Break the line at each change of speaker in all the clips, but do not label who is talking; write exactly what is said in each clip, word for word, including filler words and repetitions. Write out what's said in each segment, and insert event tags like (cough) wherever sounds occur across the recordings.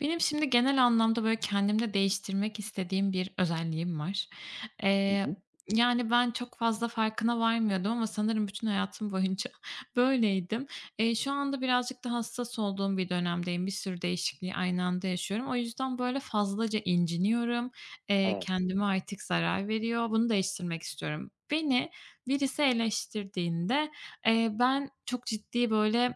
Benim şimdi genel anlamda, böyle, kendimde değiştirmek istediğim bir özelliğim var.
Hı hı.
Eee, yani, Ben çok fazla farkına varmıyordum ama sanırım bütün hayatım boyunca (laughs) böyleydim. Eee, şu anda birazcık da hassas olduğum bir dönemdeyim. Bir sürü değişikliği aynı anda yaşıyorum. O yüzden, böyle, fazlaca inciniyorum. Eee,
Evet,
kendime artık zarar veriyor. Bunu değiştirmek istiyorum. Beni birisi eleştirdiğinde, eee, ben çok ciddi, böyle,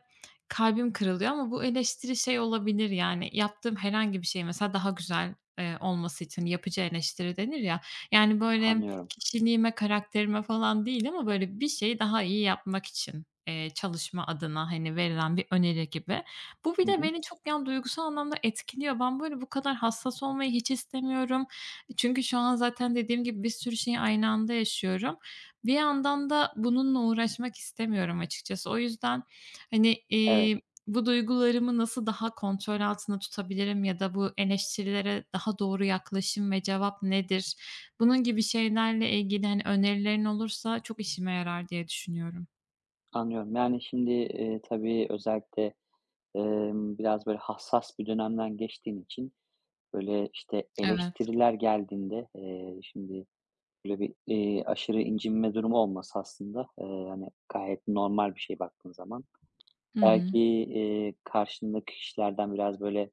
kalbim kırılıyor ama bu eleştiri şey olabilir, yani, yaptığım herhangi bir şey mesela daha güzel, eee, olması için yapıcı eleştiri denir ya, yani, böyle,
anlıyorum.
kişiliğime, karakterime falan değil ama, böyle, bir şeyi daha iyi yapmak için, eee, çalışma adına, hani, verilen bir öneri gibi. Bu bir
Hı
de
hı.
beni çok yani duygusal anlamda etkiliyor. Ben, böyle, bu kadar hassas olmayı hiç istemiyorum. Çünkü şu an zaten dediğim gibi bir sürü şeyi aynı anda yaşıyorum. Bir yandan da bununla uğraşmak istemiyorum açıkçası. O yüzden hani,
Evet,
eee, bu duygularımı nasıl daha kontrol altında tutabilirim ya da bu eleştirilere daha doğru yaklaşım ve cevap nedir? Bunun gibi şeylerle ilgili, hani, önerilerin olursa çok işime yarar diye düşünüyorum.
anlıyorum. Yani şimdi, eee, tabii özellikle, emm, biraz böyle hassas bir dönemden geçtiğin için, böyle, işte,
Evet.
eleştiriler geldiğinde, eee, şimdi böyle bir, eee, aşırı incinme durumu olması aslında, eee, hani, gayet normal bir şey baktığın zaman.
Hı hı.
Belki, eee, karşındaki kişilerden biraz böyle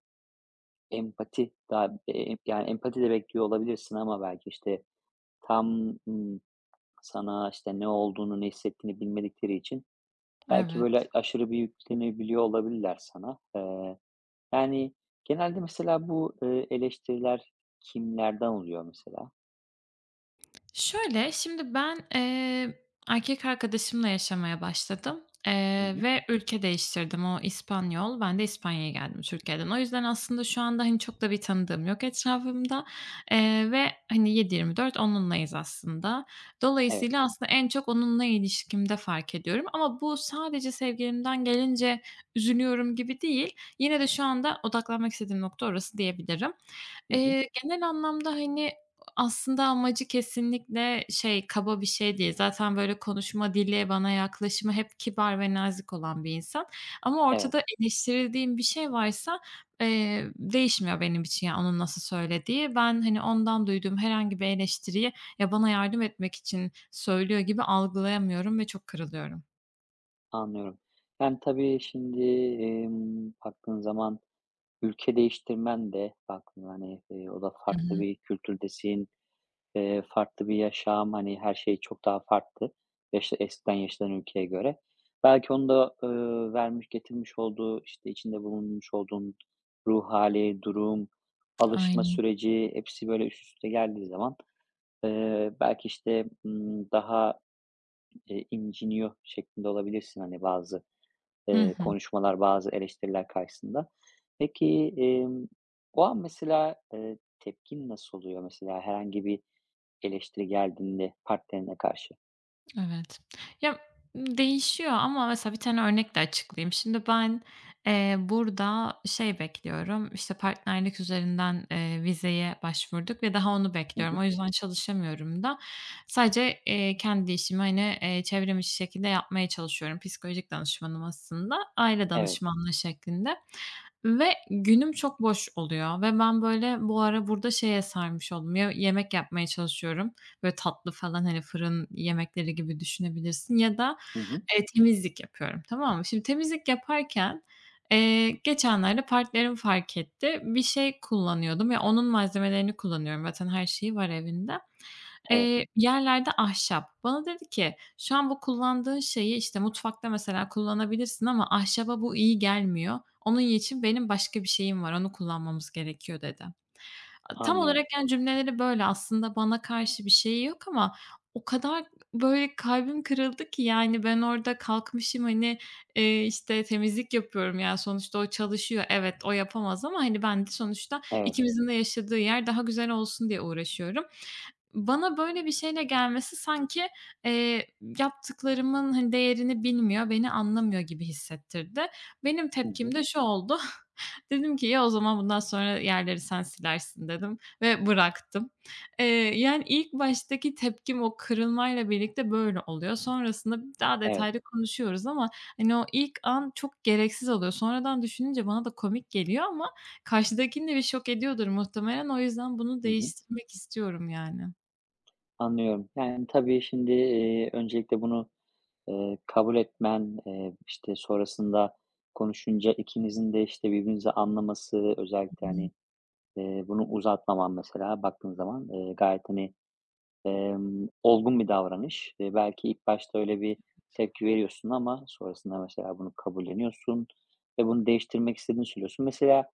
empati daha, eee, yani, empati de bekliyor olabilirsin ama belki, işte, tam, ımm, sana, işte, ne olduğunu, ne hissettiğini bilmedikleri için. Belki
Evet.
böyle aşırı bir yüklenebiliyor olabilirler sana. Eee, yani genelde mesela bu, eee, eleştiriler kimlerden oluyor mesela?
Şöyle, şimdi ben, eee, erkek arkadaşımla yaşamaya başladım, eee,
Hı hı.
ve ülke değiştirdim. O İspanyol, ben de İspanya'ya geldim Türkiye'den. O yüzden aslında şu anda, hani, çok da bir tanıdığım yok etrafımda, eee, ve, hani, yedi yirmi dört onunlayız aslında.
Evet.
Dolayısıyla aslında en çok onunla ilişkimde fark ediyorum ama bu sadece sevgilimden gelince üzülüyorum gibi değil. Yine de şu anda odaklanmak istediğim nokta orası diyebilirim.
Hı hı.
Eee, genel anlamda, hani, aslında amacı kesinlikle şey, kaba bir şey değil. Zaten böyle konuşma dili, bana yaklaşımı hep kibar ve nazik olan bir insan. Ama
Evet,
ortada eleştirildiğim bir şey varsa, eee, değişmiyor benim için, yani, onun nasıl söylediği. Ben, hani, ondan duyduğum herhangi bir eleştiriyi, ya, bana yardım etmek için söylüyor gibi algılayamıyorum ve çok kırılıyorum.
anlıyorum. Yani tabii şimdi, emm, baktığın zaman ülke değiştirmen de baktığında, hani, eee, o da
Hı
farklı
hı.
bir kültürdesin. Eee, farklı bir yaşam, hani, her şey çok daha farklı yaşa eskiden yaşanan ülkeye göre. Belki onun da, ııı, vermiş getirmiş olduğu, işte, içinde bulunmuş olduğun ruh hâli, durum, alışma
Aynen.
süreci hepsi böyle üst üste geldiği zaman, eee, belki, işte, ımm, daha, eee, inciniyor şeklinde olabilirsin, hani, bazı,
Hı
eee,
hı.
konuşmalar, bazı eleştiriler karşısında. Peki, emm, o an mesela, eee, tepkin nasıl oluyor? Mesela herhangi bir eleştiri geldiğinde partnerine karşı.
Evet. Ya, değişiyor ama mesela bir tane örnek de açıklayayım. Şimdi ben, eee, burada şey bekliyorum, işte, partnerlik üzerinden, eee, vizeye başvurduk ve daha onu
Hı
bekliyorum.
hı.
O yüzden çalışamıyorum da. Sadece, eee, kendi işimi, hani, eee, çevrimiçi şekilde yapmaya çalışıyorum. Psikolojik danışmanım aslında, aile
Evet.
danışmanlığı şeklinde. Ve günüm çok boş oluyor ve ben, böyle, bu ara burada şeye sarmış oldum. Ya yemek yapmaya çalışıyorum, böyle, tatlı falan, hani, fırın yemekleri gibi düşünebilirsin ya da,
Hı hı.
eee, temizlik yapıyorum, tamam mı? Şimdi temizlik yaparken, eee, geçenlerde partnerim fark etti. Bir şey kullanıyordum ya onun malzemelerini kullanıyorum zaten her şeyi var evinde.
Evet,
Eee, yerlerde ahşap. Bana dedi ki, "Şu an bu kullandığın şeyi, işte, mutfakta mesela kullanabilirsin ama ahşaba bu iyi gelmiyor. Onun için benim başka bir şeyim var, onu kullanmamız gerekiyor." dedi. A tam
anlıyorum.
olarak, yani, cümleleri böyle. Aslında bana karşı bir şey yok ama o kadar, böyle, kalbim kırıldı ki, yani, ben orada kalkmışım, hani, eee, işte, temizlik yapıyorum. Yani, sonuçta o çalışıyor. Evet, o yapamaz ama, hani, ben de sonuçta
Evet.
ikimizin de yaşadığı yer daha güzel olsun diye uğraşıyorum. Bana böyle bir şeyle gelmesi sanki, eee, yaptıklarımın, hani, değerini bilmiyor, beni anlamıyor gibi hissettirdi. Benim
Hı hı.
tepkim de şu oldu. (laughs) Dedim ki, "Ya, o zaman bundan sonra yerleri sen silersin." dedim ve bıraktım. Eee, Yani, ilk baştaki tepkim o kırılmayla birlikte böyle oluyor. Sonrasında daha
Evet.
detaylı konuşuyoruz ama, hani, o ilk an çok gereksiz oluyor. Sonradan düşününce bana da komik geliyor ama karşıdakini de bir şok ediyordur muhtemelen. O yüzden bunu
Hı hı.
değiştirmek istiyorum yani.
Anlıyorum. Yani, tabii şimdi, eee, öncelikle bunu, eee, kabul etmen, eee, işte, sonrasında konuşunca ikinizin de, işte, birbirinizi anlaması özellikle,
Hımm.
hani, eee, bunu uzatmaman mesela baktığın zaman, eee, gayet, hani, Emm, olgun bir davranış ve belki ilk başta öyle bir tepki veriyorsun ama sonrasında mesela bunu kabulleniyorsun ve bunu değiştirmek istediğini söylüyorsun. Mesela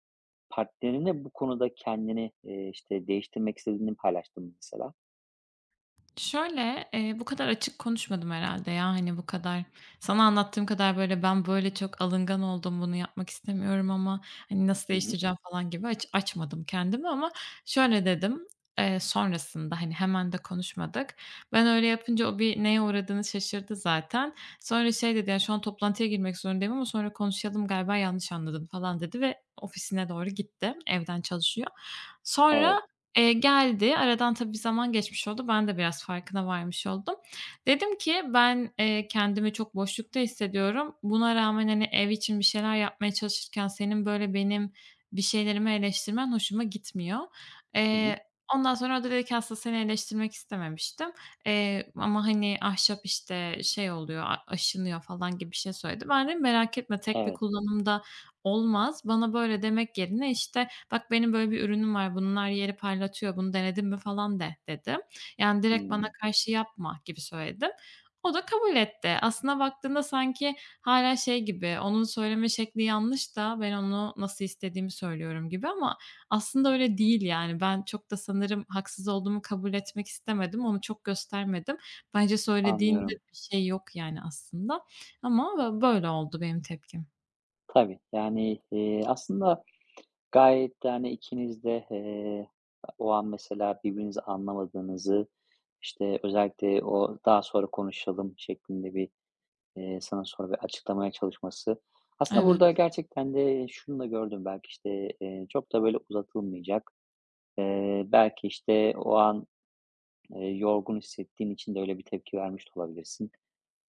partnerinle bu konuda kendini, eee, işte, değiştirmek istediğini paylaştın mı mesela?
Şöyle, eee, bu kadar açık konuşmadım herhâlde ya, hani, bu kadar sana anlattığım kadar, böyle, ben böyle çok alıngan oldum, bunu yapmak istemiyorum ama, hani, nasıl
Hı hı.
değiştireceğim falan gibi aç açmadım kendimi ama şöyle dedim, eee, sonrasında, hani, hemen de konuşmadık. Ben öyle yapınca o bir neye uğradığını şaşırdı zaten. Sonra şey dedi, "Ya, şu an toplantıya girmek zorundayım ama sonra konuşalım, galiba yanlış anladın." falan dedi ve ofisine doğru gitti. Evden çalışıyor.
Evet.
Sonra Eee, geldi. Aradan tabii bir zaman geçmiş oldu. Ben de biraz farkına varmış oldum. Dedim ki ben, eee, kendimi çok boşlukta hissediyorum. Buna rağmen, hani, ev için bir şeyler yapmaya çalışırken senin böyle benim bir şeylerimi eleştirmen hoşuma gitmiyor.
Hı hı.
Eee, Ondan sonra o da dedi ki aslında seni eleştirmek istememiştim, eee, ama, hani, ahşap, işte, şey oluyor, a aşınıyor falan gibi bir şey söyledi. Ben dedim merak etme tek bir
Evet.
kullanımda olmaz. Bana böyle demek yerine, işte, "Bak benim böyle bir ürünüm var. Bunlar yeri parlatıyor. Bunu denedin mi?" falan de dedim. Yani direkt bana
Hımm.
karşı yapma gibi söyledim. O da kabul etti. Aslına baktığında sanki hâlâ şey gibi, onun söyleme şekli yanlış da ben onu nasıl istediğimi söylüyorum gibi ama aslında öyle değil yani. Ben çok da sanırım haksız olduğumu kabul etmek istemedim. Onu çok göstermedim. Bence söylediğinde
Anlıyorum.
bir şey yok yani aslında ama bö böyle oldu benim tepkim.
Tabii, yani, eee, aslında gayet de, hani, ikiniz de, eee, o an mesela birbirinizi anlamadığınızı, işte, özellikle o "Daha sonra konuşalım." şeklinde bir, Eee, sana sonra bir açıklamaya çalışması. Aslında
Evet.
burada gerçekten de şunu da gördüm belki, işte, eee, çok da böyle uzatılmayacak. Eee, belki, işte, o an, eee, yorgun hissettiğin için de öyle bir tepki vermiş de olabilirsin.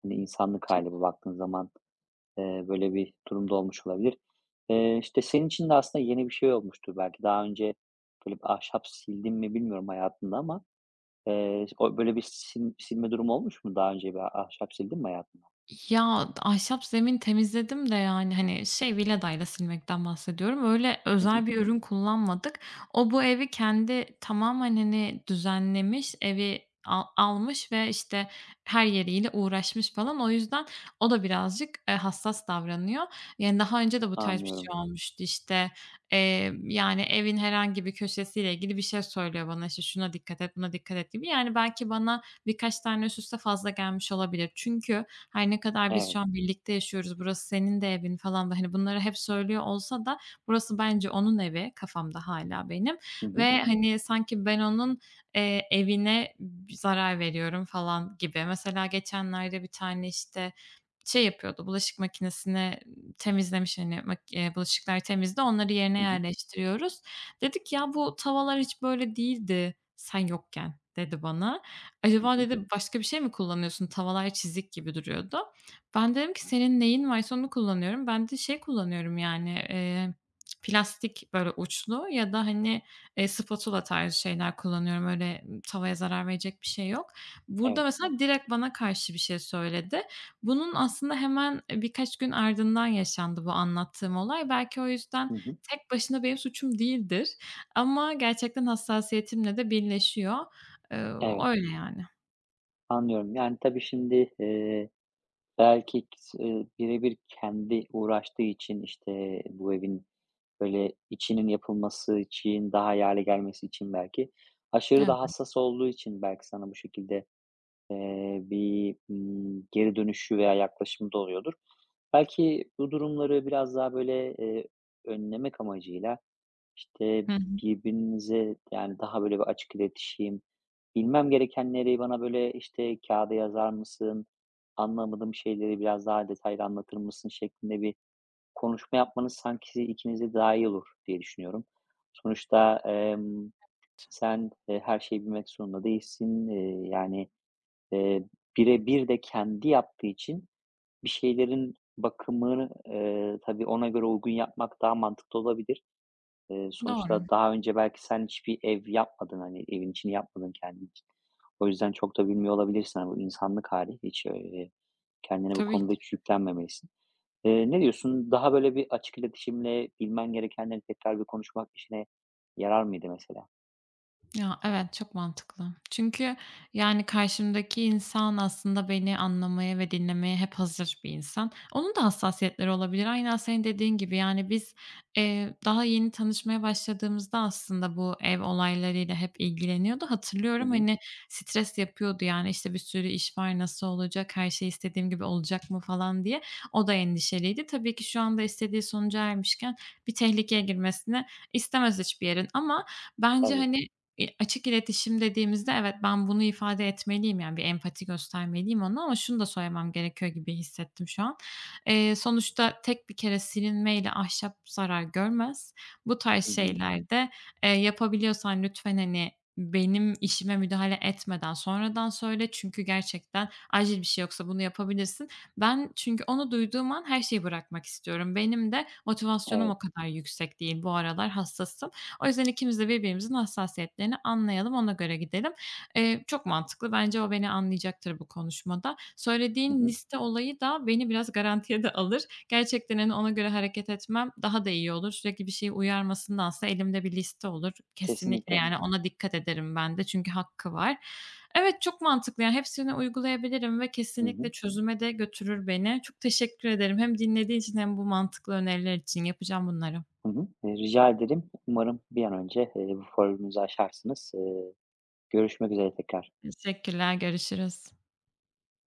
Hani, insanlık hâli bu baktığın zaman, eee, böyle bir durumda olmuş olabilir. Eee, işte, senin için de aslında yeni bir şey olmuştur belki. Daha önce böyle bir ahşap sildin mi bilmiyorum hayatında ama, eee, o böyle bir sil silme durumu olmuş mu? Daha önce bir ahşap sildin mi hayatında?
Ya, ahşap zemin temizledim de, yani, hani, şey, Vileda'yla silmekten bahsediyorum. Öyle
Hı hı.
özel bir ürün kullanmadık. O bu evi kendi tamamen, hani, düzenlemiş, evi al almış ve, işte, her yeriyle uğraşmış falan. O yüzden o da birazcık, eee, hassas davranıyor. Yani, daha önce de bu tarz bir
Anlıyorum.
şey olmuştu, işte. Eee, yani, evin herhangi bir köşesiyle ilgili bir şey söylüyor bana, işte, "Şuna dikkat et, buna dikkat et." gibi. Yani, belki bana birkaç tane üst üste fazla gelmiş olabilir. Çünkü her ne kadar biz
Evet.
şu an birlikte yaşıyoruz, burası senin de evin falan da, hani, bunları hep söylüyor olsa da burası bence onun evi kafamda hala benim
Hı hı.
ve, hani, sanki ben onun, eee, evine zarar veriyorum falan gibi. Mesela geçenlerde bir tane, işte, şey yapıyordu, bulaşık makinesini temizlemiş, hani, mak eee, bulaşıklar temizdi, onları yerine
Hı hı.
yerleştiriyoruz. Dedik, "Ya, bu tavalar hiç böyle değildi sen yokken." dedi bana.
Hı
Acaba
hı.
dedi başka bir şey mi kullanıyorsun? Tavalar çizik gibi duruyordu. Ben dedim ki senin neyin varsa onu kullanıyorum. Ben de şey kullanıyorum yani, eee, plastik böyle uçlu ya da, hani, eee, spatula tarzı şeyler kullanıyorum. Öyle tavaya zarar verecek bir şey yok.
Evet.
Burada mesela direkt bana karşı bir şey söyledi. Bunun aslında hemen, birkaç gün ardından yaşandı bu anlattığım olay. Belki o yüzden
Hı hı.
tek başına benim suçum değildir ama gerçekten hassasiyetimle de birleşiyor. Eee,
Evet,
Öyle yani.
anlıyorum. Yani, tabii şimdi, eee, belki s eee, bire kendi uğraştığı için, işte, bu evin, böyle, içinin yapılması için, daha iyi hâle gelmesi için belki, aşırı
Evet.
da hassas olduğu için belki sana bu şekilde, eee, bir, ımm, geri dönüşü veya yaklaşımı da oluyordur. Belki bu durumları biraz daha, böyle, eee, önlemek amacıyla. İşte,
Hı hı.
birbirinize, yani, daha böyle bir açık iletişim, bilmem gerekenleri bana, böyle, işte, kağıda yazar mısın, anlamadığım şeyleri biraz daha detaylı anlatır mısın şeklinde bir konuşma yapmanız sanki ikinize daha iyi olur diye düşünüyorum. Sonuçta, emm, sen, eee, her şeyi bilmek zorunda değilsin. Eee, yani, eee, bire bir de kendi yaptığı için bir şeylerin bakımını, eee, tabii ona göre uygun yapmak daha mantıklı olabilir. Eee,
Doğru.
sonuçta daha önce belki sen hiçbir ev yapmadın, hani, evin içini yapmadın kendin için. O yüzden çok da bilmiyor olabilirsin. Hani, bu insanlık hali. Hiç, eee, kendine bu
Tabii.
konuda hiç yüklenmemelisin. Eee, ne diyorsun? Daha böyle bir açık iletişimle bilmen gerekenleri tekrar bir konuşmak işine yarar mıydı mesela?
Ya, evet, çok mantıklı. Çünkü, yani, karşımdaki insan aslında beni anlamaya ve dinlemeye hep hazır bir insan. Onun da hassasiyetleri olabilir. Aynen senin dediğin gibi, yani, biz, eee, daha yeni tanışmaya başladığımızda aslında bu ev olaylarıyla hep ilgileniyordu.
Hı
Hatırlıyorum,
hı.
hani, stres yapıyordu, yani, işte, bir sürü iş var, nasıl olacak, her şey istediğim gibi olacak mı falan diye. O da endişeliydi. Tabii ki şu anda istediği sonuca ermişken bir tehlikeye girmesini istemez hiçbir yerin ama bence,
Tabii.
hani, İ açık iletişim dediğimizde evet, ben bunu ifade etmeliyim, yani bir empati göstermeliyim ona ama şunu da söylemem gerekiyor gibi hissettim şu an. Eee, sonuçta tek bir kere silinmeyle ahşap zarar görmez. Bu tarz
Hı hı.
şeylerde, eee, yapabiliyorsan lütfen, hani, benim işime müdahale etmeden sonradan söyle çünkü gerçekten acil bir şey yoksa bunu yapabilirsin. Ben çünkü onu duyduğum an her şeyi bırakmak istiyorum. Benim de motivasyonum
Evet.
o kadar yüksek değil. Bu aralar hassasım. O yüzden ikimiz de birbirimizin hassasiyetlerini anlayalım, ona göre gidelim. Eee, çok mantıklı. Bence o beni anlayacaktır bu konuşmada.
Hı
Söylediğin
hı.
liste olayı da beni biraz garantiye de alır. Gerçekten, hani, ona göre hareket etmem daha da iyi olur. Sürekli bir şeye uyarmasındansa elimde bir liste olur. Kesinlikle,
Kesinlikle.
yani, ona dikkat ederim ben de çünkü hakkı var. Evet, çok mantıklı. Yani, hepsini uygulayabilirim ve
Hı hı.
kesinlikle çözüme de götürür beni. Çok teşekkür ederim hem dinlediğin için hem bu mantıklı öneriler için. Yapacağım bunları.
Hı hı. Eee, rica ederim. Umarım bir an önce, eee, bu forumunuzu aşarsınız. Eee, görüşmek üzere tekrar.
Teşekkürler, görüşürüz.